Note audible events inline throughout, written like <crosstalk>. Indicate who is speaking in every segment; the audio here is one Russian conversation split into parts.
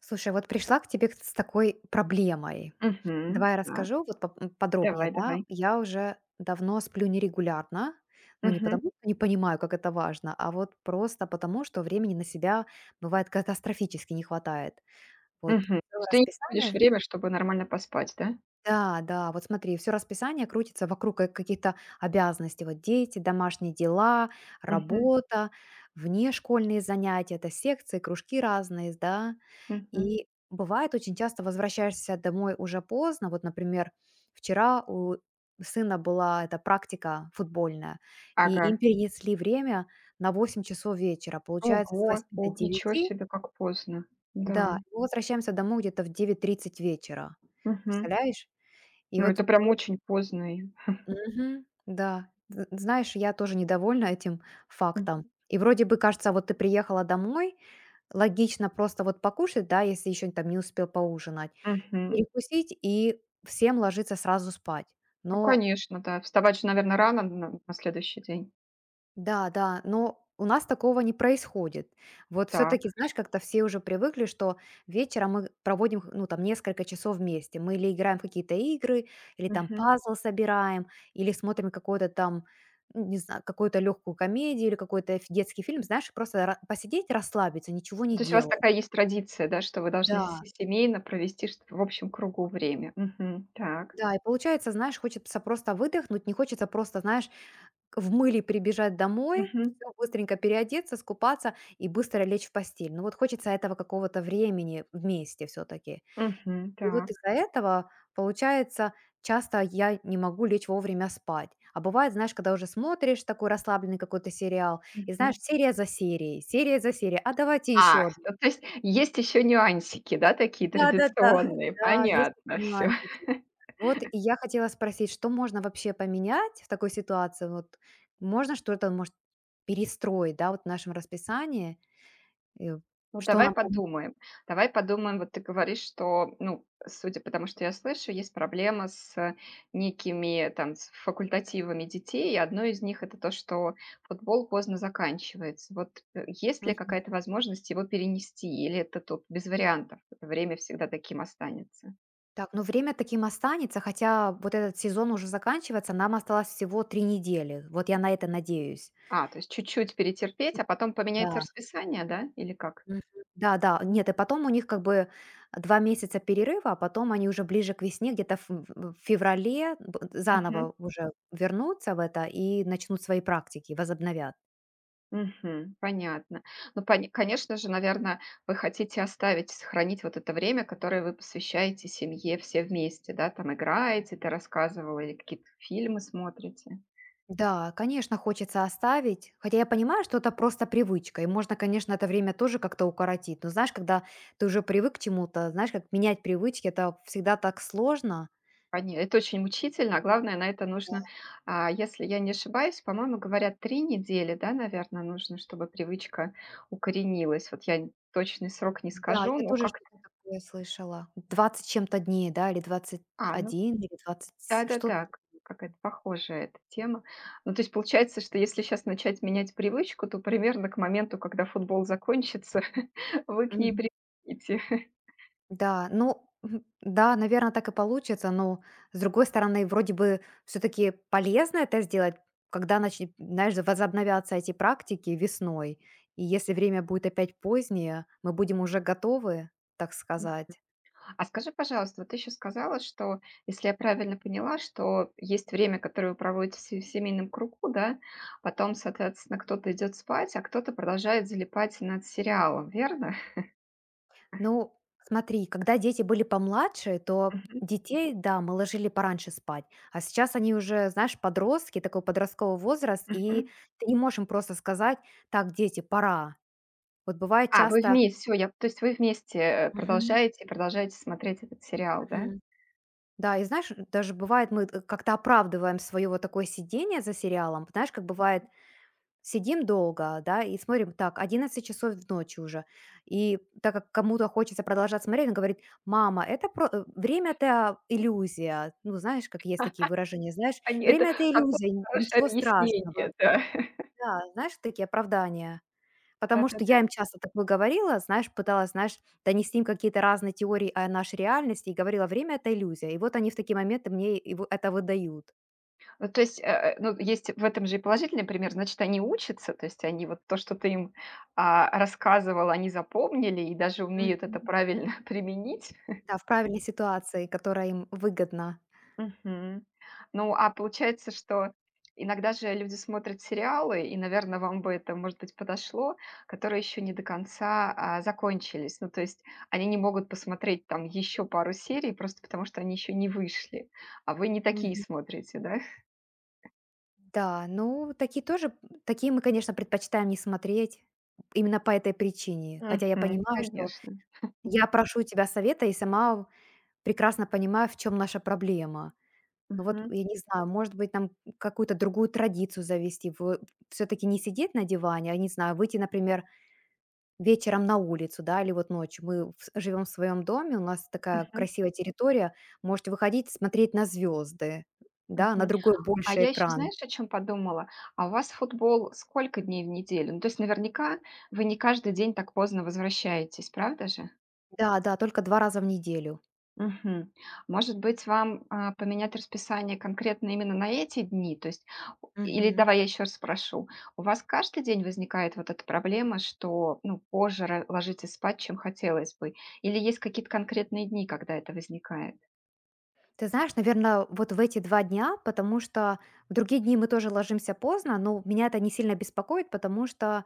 Speaker 1: Слушай, вот пришла к тебе с такой проблемой.
Speaker 2: Мгм.
Speaker 1: Давай я
Speaker 2: Так,
Speaker 1: расскажу вот подробнее,
Speaker 2: давай,
Speaker 1: да.
Speaker 2: давай.
Speaker 1: Я уже давно сплю нерегулярно, но не
Speaker 2: Мгм,
Speaker 1: потому, что не понимаю, как это важно, а вот просто потому, что времени на себя бывает катастрофически не хватает. Вот
Speaker 2: мгм. То
Speaker 1: всё
Speaker 2: есть ты не находишь
Speaker 1: расписание.
Speaker 2: время, чтобы нормально поспать, да?
Speaker 1: Да, да, вот смотри, все расписание крутится вокруг каких-то обязанностей. Вот дети, домашние дела,
Speaker 2: Мгм,
Speaker 1: работа, внешкольные занятия, это секции, кружки разные, да,
Speaker 2: мгм.
Speaker 1: и бывает, очень часто возвращаешься домой уже поздно. Вот, например, вчера у сына была эта практика футбольная, и
Speaker 2: Ага.
Speaker 1: им перенесли время на 8 часов вечера. Получается, с
Speaker 2: Ого,
Speaker 1: восьми до
Speaker 2: ох, ничего
Speaker 1: девяти,
Speaker 2: себе, как поздно. Да.
Speaker 1: да, и мы возвращаемся домой где-то в 9:30 вечера.
Speaker 2: Мгм.
Speaker 1: Представляешь? И
Speaker 2: Ну,
Speaker 1: вот
Speaker 2: это прям очень поздно.
Speaker 1: мгм, да. З знаешь, я тоже недовольна этим фактом.
Speaker 2: Мгм,
Speaker 1: И вроде бы кажется, вот ты приехала домой, логично просто вот покушать, да, если еще там не успел поужинать.
Speaker 2: мгм.
Speaker 1: Перекусить и всем ложиться сразу спать.
Speaker 2: Ну,
Speaker 1: Но
Speaker 2: конечно, да. Вставать же, наверное, рано на следующий день.
Speaker 1: да, да, но у нас такого не происходит. Вот все таки
Speaker 2: Так.
Speaker 1: знаешь, как-то все уже привыкли, что вечером мы проводим, ну, там, несколько часов вместе. Мы или играем в какие-то игры, или там
Speaker 2: Мгм.
Speaker 1: пазл собираем, или смотрим какой-то там, ну, не знаю, какую-то легкую комедию или какой-то ф детский фильм, знаешь, просто ра посидеть, расслабиться, ничего
Speaker 2: Ну,
Speaker 1: не
Speaker 2: то есть у вас
Speaker 1: делая.
Speaker 2: такая есть традиция, да, что вы должны
Speaker 1: Да,
Speaker 2: се семейно провести, что в общем кругу время. Мгм. Так.
Speaker 1: да, и получается, знаешь, хочется просто выдохнуть, не хочется просто, знаешь, в мыле прибежать домой,
Speaker 2: Мгм,
Speaker 1: всё, быстренько переодеться, скупаться и быстро лечь в постель. Ну вот хочется этого какого-то времени вместе все таки.
Speaker 2: мгм.
Speaker 1: И вот
Speaker 2: Так.
Speaker 1: из-за этого, получается, часто я не могу лечь вовремя спать. А бывает, знаешь, когда уже смотришь такой расслабленный какой-то сериал, и знаешь,
Speaker 2: Мгм.
Speaker 1: серия за серией, а давайте еще
Speaker 2: А,
Speaker 1: одну.
Speaker 2: что то есть есть еще нюансики, да, такие
Speaker 1: Да-да-да,
Speaker 2: традиционные.
Speaker 1: да, есть
Speaker 2: Понятно
Speaker 1: такие
Speaker 2: всё.
Speaker 1: нюансики. Вот и я хотела спросить, что можно вообще поменять в такой ситуации? Вот можно что-то, может, перестроить, да, вот в нашем расписании, э,
Speaker 2: Ну,
Speaker 1: что
Speaker 2: давай
Speaker 1: нам пом.
Speaker 2: подумаем. Давай подумаем. Вот ты говоришь, что, ну, судя по тому, что я слышу, есть проблема с некими там с факультативами детей, и одно из них — это то, что футбол поздно заканчивается. Вот, есть ли
Speaker 1: Мгм.
Speaker 2: какая-то возможность его перенести или это тут без вариантов? Это время всегда таким останется.
Speaker 1: Так, ну время таким останется, хотя вот этот сезон уже заканчивается, нам осталось всего 3 недели. Вот я на это надеюсь.
Speaker 2: А, то есть чуть-чуть перетерпеть,
Speaker 1: Чуть.
Speaker 2: а потом
Speaker 1: Да.
Speaker 2: поменяется расписание, да, или как?
Speaker 1: Мгм. Да-да. Нет, и потом у них как бы 2 месяца перерыва, а потом они уже ближе к весне, где-то в феврале б
Speaker 2: Мгм.
Speaker 1: заново уже вернутся в это и начнут свои практики, возобновят.
Speaker 2: Мгм. Понятно. Ну, пони конечно же, наверное, вы хотите оставить, сохранить вот это время, которое вы посвящаете семье все вместе, да? Там играете, ты рассказывала, или какие-то фильмы смотрите.
Speaker 1: Да, конечно, хочется оставить, хотя я понимаю, что это просто привычка, и можно, конечно, это время тоже как-то укоротить. Но знаешь, когда ты уже привык к чему-то, знаешь, как менять привычки, это всегда так сложно.
Speaker 2: Пони Это очень мучительно, а главное, на это нужно, если я не ошибаюсь, по-моему, говорят, 3 недели, да, наверное, нужно, чтобы привычка укоренилась. Вот я н точный срок не
Speaker 1: Да,
Speaker 2: скажу,
Speaker 1: я
Speaker 2: но
Speaker 1: тоже что-то
Speaker 2: как-то...
Speaker 1: такое слышала. Двадцать чем-то дней, да, или двадцать
Speaker 2: А, ну...
Speaker 1: один или 20 что-то.
Speaker 2: Да-да-да, к какая-то похожая эта тема. Ну, то есть получается, что если сейчас начать менять привычку, то примерно к моменту, когда футбол закончится, <laughs> вы к ней привыкнете.
Speaker 1: Да, ну, мгм, да, наверное, так и получится, но, с другой стороны, вроде бы все таки полезно это сделать, когда начнет, знаешь, возобновятся эти практики весной. И если время будет опять позднее, мы будем уже готовы, так
Speaker 2: М.
Speaker 1: сказать.
Speaker 2: <laughs> А скажи, пожалуйста, вот ты еще сказала, что, если я правильно поняла, что есть время, которое вы проводите в семейном кругу, да, потом, соответственно, кто-то идет спать, а кто-то продолжает залипать над сериалом, верно?
Speaker 1: Ну, смотри, когда дети были помладше, то
Speaker 2: Мгм,
Speaker 1: детей, да, мы ложили пораньше спать, а сейчас они уже, знаешь, подростки, такой подростковый возраст, и
Speaker 2: мгм.
Speaker 1: ты не можешь им просто сказать: «Так, дети, пора». Вот бывает
Speaker 2: А, вы
Speaker 1: часто.
Speaker 2: вместе, все, я то есть вы вместе,
Speaker 1: Мгм.
Speaker 2: продолжаете и продолжаете смотреть этот сериал, да?
Speaker 1: Мгм. Да, и знаешь, даже бывает, мы т как-то оправдываем свое вот такое сидение за сериалом. Знаешь, как бывает, сидим долго, да, и смотрим, так, 11 часов ночи уже. И так как кому-то хочется продолжать смотреть, он говорит: «Мама, это про время — это иллюзия». Ну, знаешь, как есть такие выражения, знаешь:
Speaker 2: Они это
Speaker 1: «Время — это
Speaker 2: какое
Speaker 1: иллюзия, н
Speaker 2: хорошее
Speaker 1: ничего страшного».
Speaker 2: объяснение, да.
Speaker 1: Да, знаешь, такие оправдания. Потому что
Speaker 2: Да-да-да.
Speaker 1: я им часто так говорила, знаешь, пыталась, знаешь, донести им какие-то разные теории о нашей реальности и говорила: «Время — это иллюзия». И вот они в такие моменты мне и в это выдают.
Speaker 2: Ну, то есть, ну, есть в этом же и положительный пример. Значит, они учатся, то есть они вот то, что ты им, рассказывал, они запомнили и даже умеют это
Speaker 1: Мгм.
Speaker 2: правильно <laughs> применить.
Speaker 1: Да, в правильной ситуации, которая им выгодна.
Speaker 2: Мгм. Ну, а получается, что иногда же люди смотрят сериалы, и, наверное, вам бы это, может быть, подошло, которые еще не до конца, закончились. Ну, то есть они не могут посмотреть там еще пару серий просто потому, что они еще не вышли. А вы не такие
Speaker 1: Мгм.
Speaker 2: смотрите, да?
Speaker 1: Да, ну, такие тоже такие мы, конечно, предпочитаем не смотреть именно по этой причине. Хотя я
Speaker 2: Мгм.
Speaker 1: понимаю, что
Speaker 2: Конечно.
Speaker 1: я прошу у тебя совета и сама прекрасно понимаю, в чем наша проблема. Ну вот,
Speaker 2: Мгм.
Speaker 1: я не знаю, может быть, нам какую-то другую традицию завести, все-таки не сидеть на диване, а, не знаю, выйти, например, вечером на улицу, да, или вот ночью. Мы живем в своем доме, у нас такая
Speaker 2: Мгм.
Speaker 1: красивая территория, можете выходить, смотреть на звезды, да, на
Speaker 2: Мгм.
Speaker 1: другой
Speaker 2: А
Speaker 1: больше
Speaker 2: я еще,
Speaker 1: экран.
Speaker 2: знаешь, о чем подумала? А у вас футбол сколько дней в неделю? Ну, то есть наверняка вы не каждый день так поздно возвращаетесь, правда же?
Speaker 1: Да, да, только 2 раза в неделю.
Speaker 2: Мгм. Может быть, вам, поменять расписание конкретно именно на эти дни? То есть или
Speaker 1: Мгм.
Speaker 2: давай я еще раз спрошу. У вас каждый день возникает вот эта проблема, что, ну, позже ра ложитесь спать, чем хотелось бы? Или есть какие-то конкретные дни, когда это возникает?
Speaker 1: Ты знаешь, наверное, вот в эти 2 дня, потому что в другие дни мы тоже ложимся поздно, но меня это не сильно беспокоит, потому что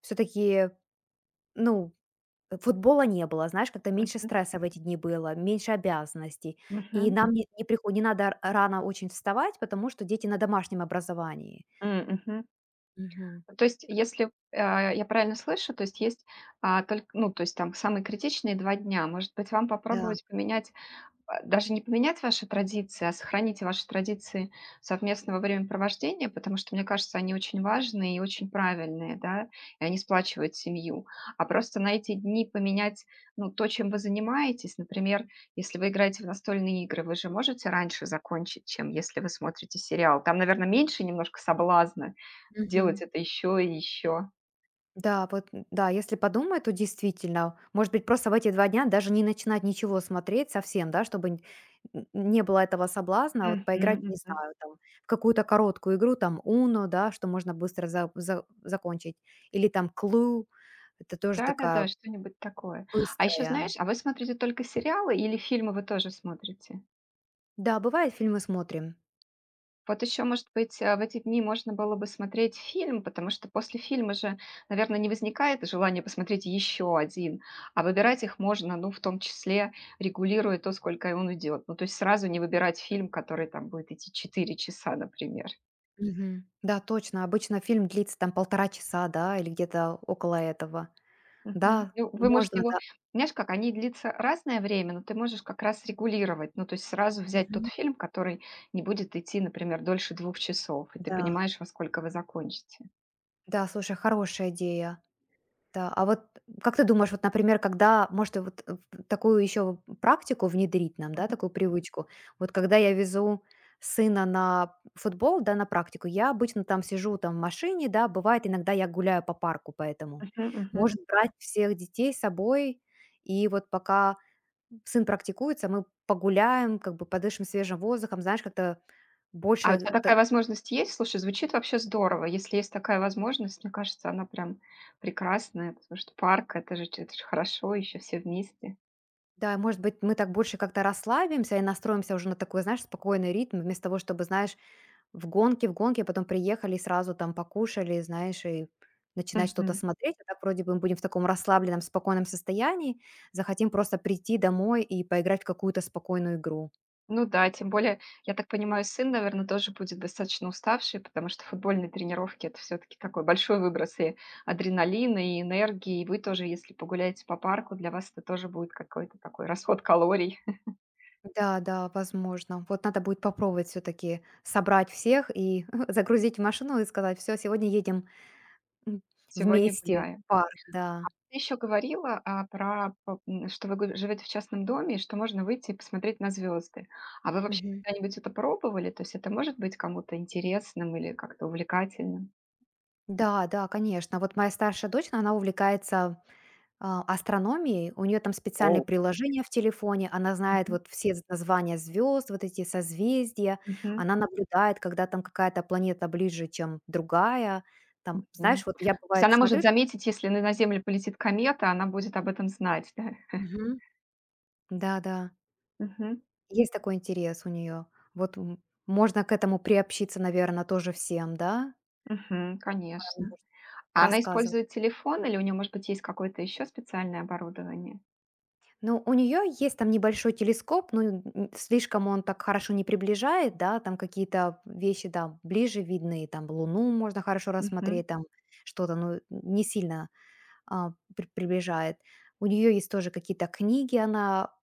Speaker 1: все-таки, ну, футбола не было, знаешь, как-то меньше
Speaker 2: Мгм.
Speaker 1: стресса в эти дни было, меньше обязанностей. И
Speaker 2: Мгм.
Speaker 1: нам не надо р рано очень вставать, потому что дети на домашнем образовании.
Speaker 2: М, мгм.
Speaker 1: Мгм.
Speaker 2: То есть, если, я правильно слышу, то есть есть, а, толь ну, то есть там самые критичные 2 дня. Может быть, вам
Speaker 1: Да.
Speaker 2: попробовать поменять, даже не поменять ваши традиции, а сохраните ваши традиции совместного времяпровождения, потому что, мне кажется, они очень важные и очень правильные, да, и они сплачивают семью. А просто на эти дни поменять, ну, то, чем вы занимаетесь, например, если вы играете в настольные игры, вы же можете раньше закончить, чем если вы смотрите сериал. Там, наверное, меньше немножко соблазна делать
Speaker 1: Мгм.
Speaker 2: это еще и еще.
Speaker 1: Да, вот, да, если подумать, то действительно, может быть, просто в эти 2 дня даже не начинать ничего смотреть совсем, да, чтобы н н не было этого соблазна, а вот поиграть, не знаю, там, в какую-то короткую игру, там, Uno, да, что можно быстро за закончить, или там Clue. Это тоже
Speaker 2: Да-да-да,
Speaker 1: такая
Speaker 2: что-нибудь такое. А еще,
Speaker 1: быстрая.
Speaker 2: знаешь, а вы смотрите только сериалы или фильмы вы тоже смотрите?
Speaker 1: Да, бывает, фильмы смотрим.
Speaker 2: Вот еще, может быть, в эти дни можно было бы смотреть фильм, потому что после фильма же, наверное, не возникает желания посмотреть еще один, а выбирать их можно, ну, в том числе регулируя то, сколько он идет. Ну, то есть сразу не выбирать фильм, который там будет идти 4 часа, например.
Speaker 1: Мгм. Да, точно. Обычно фильм длится там 1,5 часа, да, или где-то около этого.
Speaker 2: Мгм.
Speaker 1: Да,
Speaker 2: Ну, вы можете
Speaker 1: можно,
Speaker 2: его,
Speaker 1: да.
Speaker 2: знаешь как, они длится разное время, но ты можешь как раз регулировать. Ну, то есть сразу взять тот
Speaker 1: Мгм.
Speaker 2: фильм, который не будет идти, например, дольше 2 часов, и ты
Speaker 1: Да,
Speaker 2: понимаешь, во сколько вы закончите.
Speaker 1: да, слушай, хорошая идея. Да, а вот как ты думаешь, вот, например, когда, может, и вот в такую еще практику внедрить нам, да, такую привычку. Вот когда я везу сына на футбол, да, на практику, я обычно там сижу там в машине, да, бывает иногда я гуляю по парку, поэтому
Speaker 2: Мгм, мгм.
Speaker 1: может брать всех детей с собой и вот пока сын практикуется, мы погуляем, как бы подышим свежим воздухом, знаешь, как-то
Speaker 2: А у
Speaker 1: больше,
Speaker 2: тебя такая возможность есть? Слушай, звучит вообще здорово. Если есть такая возможность, мне кажется, она прям прекрасная, потому что парк — это же хорошо, еще все вместе.
Speaker 1: да, может быть, мы так больше как-то расслабимся и настроимся уже на такой, знаешь, спокойный ритм, вместо того, чтобы, знаешь, в гонке, потом приехали и сразу там покушали, знаешь, и начинать что-то
Speaker 2: Мгм.
Speaker 1: смотреть, а так вроде бы мы будем в таком расслабленном, спокойном состоянии, захотим просто прийти домой и поиграть в какую-то спокойную игру.
Speaker 2: Ну да, тем более, я так понимаю, сын, наверное, тоже будет достаточно уставший, потому что футбольные тренировки — это все таки такой большой выброс и адреналина, и энергии. И вы тоже, если погуляете по парку, для вас это тоже будет какой-то такой расход калорий. <laughs>
Speaker 1: Да, да, возможно. Вот надо будет попробовать все-таки собрать всех и <laughs> загрузить в машину и сказать, все, сегодня едем. М.
Speaker 2: Сегодня
Speaker 1: Вместе
Speaker 2: гуляю.
Speaker 1: в парк, да.
Speaker 2: Ты еще говорила, что вы г живете в частном доме и что можно выйти и посмотреть на звезды. А вы вообще
Speaker 1: Мгм.
Speaker 2: когда-нибудь это пробовали? То есть это может быть кому-то интересным или как-то увлекательным?
Speaker 1: Да, да, конечно. Вот моя старшая дочь, она увлекается, астрономией. У нее там специальные
Speaker 2: Воу.
Speaker 1: приложения в телефоне. Она знает
Speaker 2: Мгм.
Speaker 1: вот все з названия звезд вот эти созвездия.
Speaker 2: Мгм.
Speaker 1: Она наблюдает, когда там какая-то планета ближе, чем другая. Там,
Speaker 2: М.
Speaker 1: знаешь, вот
Speaker 2: То
Speaker 1: я,
Speaker 2: есть
Speaker 1: бывает,
Speaker 2: она может
Speaker 1: смотрю.
Speaker 2: заметить, если на Землю полетит комета, она будет об этом знать, да?
Speaker 1: Мгм. Да-да.
Speaker 2: Мгм.
Speaker 1: Есть такой интерес у нее. Вот, можно к этому приобщиться, наверное, тоже всем, да?
Speaker 2: Мгм.
Speaker 1: Там
Speaker 2: Конечно.
Speaker 1: может
Speaker 2: А она
Speaker 1: рассказывать.
Speaker 2: использует телефон или у нее, может быть, есть какое-то еще специальное оборудование?
Speaker 1: Ну, у нее есть там небольшой телескоп, но слишком он так хорошо не приближает, да, там какие-то вещи, да, ближе видны, там Луну можно хорошо
Speaker 2: Мгм.
Speaker 1: рассмотреть, там что-то, ну, не сильно приближает. У нее есть тоже какие-то книги, она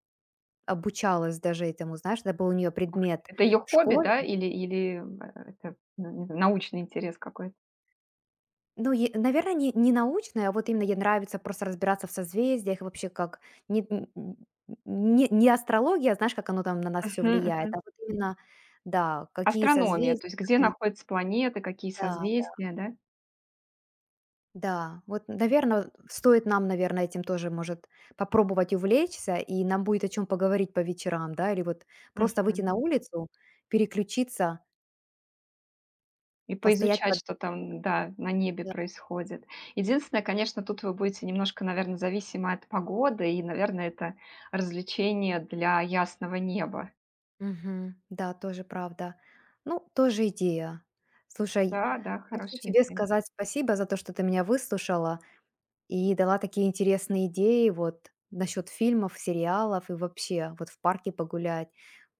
Speaker 1: обучалась даже этому, знаешь, это был у нее предмет
Speaker 2: Это ее
Speaker 1: в
Speaker 2: хобби,
Speaker 1: школе.
Speaker 2: да, или это, ну, не знаю, научный интерес какой-то?
Speaker 1: Ну, наверное, не научная, а вот именно ей нравится просто разбираться в созвездиях, и вообще как не н н не не астрология, а знаешь, как оно там на нас все
Speaker 2: Мгм,
Speaker 1: влияет,
Speaker 2: мгм.
Speaker 1: а вот именно, да, какие
Speaker 2: Астрономия, то
Speaker 1: созвездия,
Speaker 2: есть
Speaker 1: как
Speaker 2: где
Speaker 1: они,
Speaker 2: находятся планеты, какие
Speaker 1: да,
Speaker 2: созвездия, да?
Speaker 1: да. Вот, наверное, стоит нам, наверное, этим тоже, может, попробовать увлечься, и нам будет о чем поговорить по вечерам, да, или вот просто выйти на
Speaker 2: Мгм.
Speaker 1: улицу, переключиться,
Speaker 2: И
Speaker 1: постоять
Speaker 2: поизучать,
Speaker 1: под,
Speaker 2: что там, да, на небе
Speaker 1: да.
Speaker 2: происходит. Единственное, конечно, тут вы будете немножко, наверное, зависимы от погоды, и, наверное, это развлечение для ясного неба.
Speaker 1: Мгм. Да, тоже правда. Ну, тоже идея. Слушай,
Speaker 2: Да, да,
Speaker 1: хочу
Speaker 2: хорошая
Speaker 1: тебе
Speaker 2: идея.
Speaker 1: сказать спасибо за то, что ты меня выслушала и дала такие интересные идеи вот насчет фильмов, сериалов и вообще вот в парке погулять.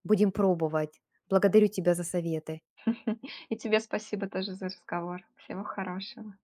Speaker 1: Будем пробовать. Благодарю тебя за советы.
Speaker 2: И тебе спасибо тоже за разговор. Всего хорошего.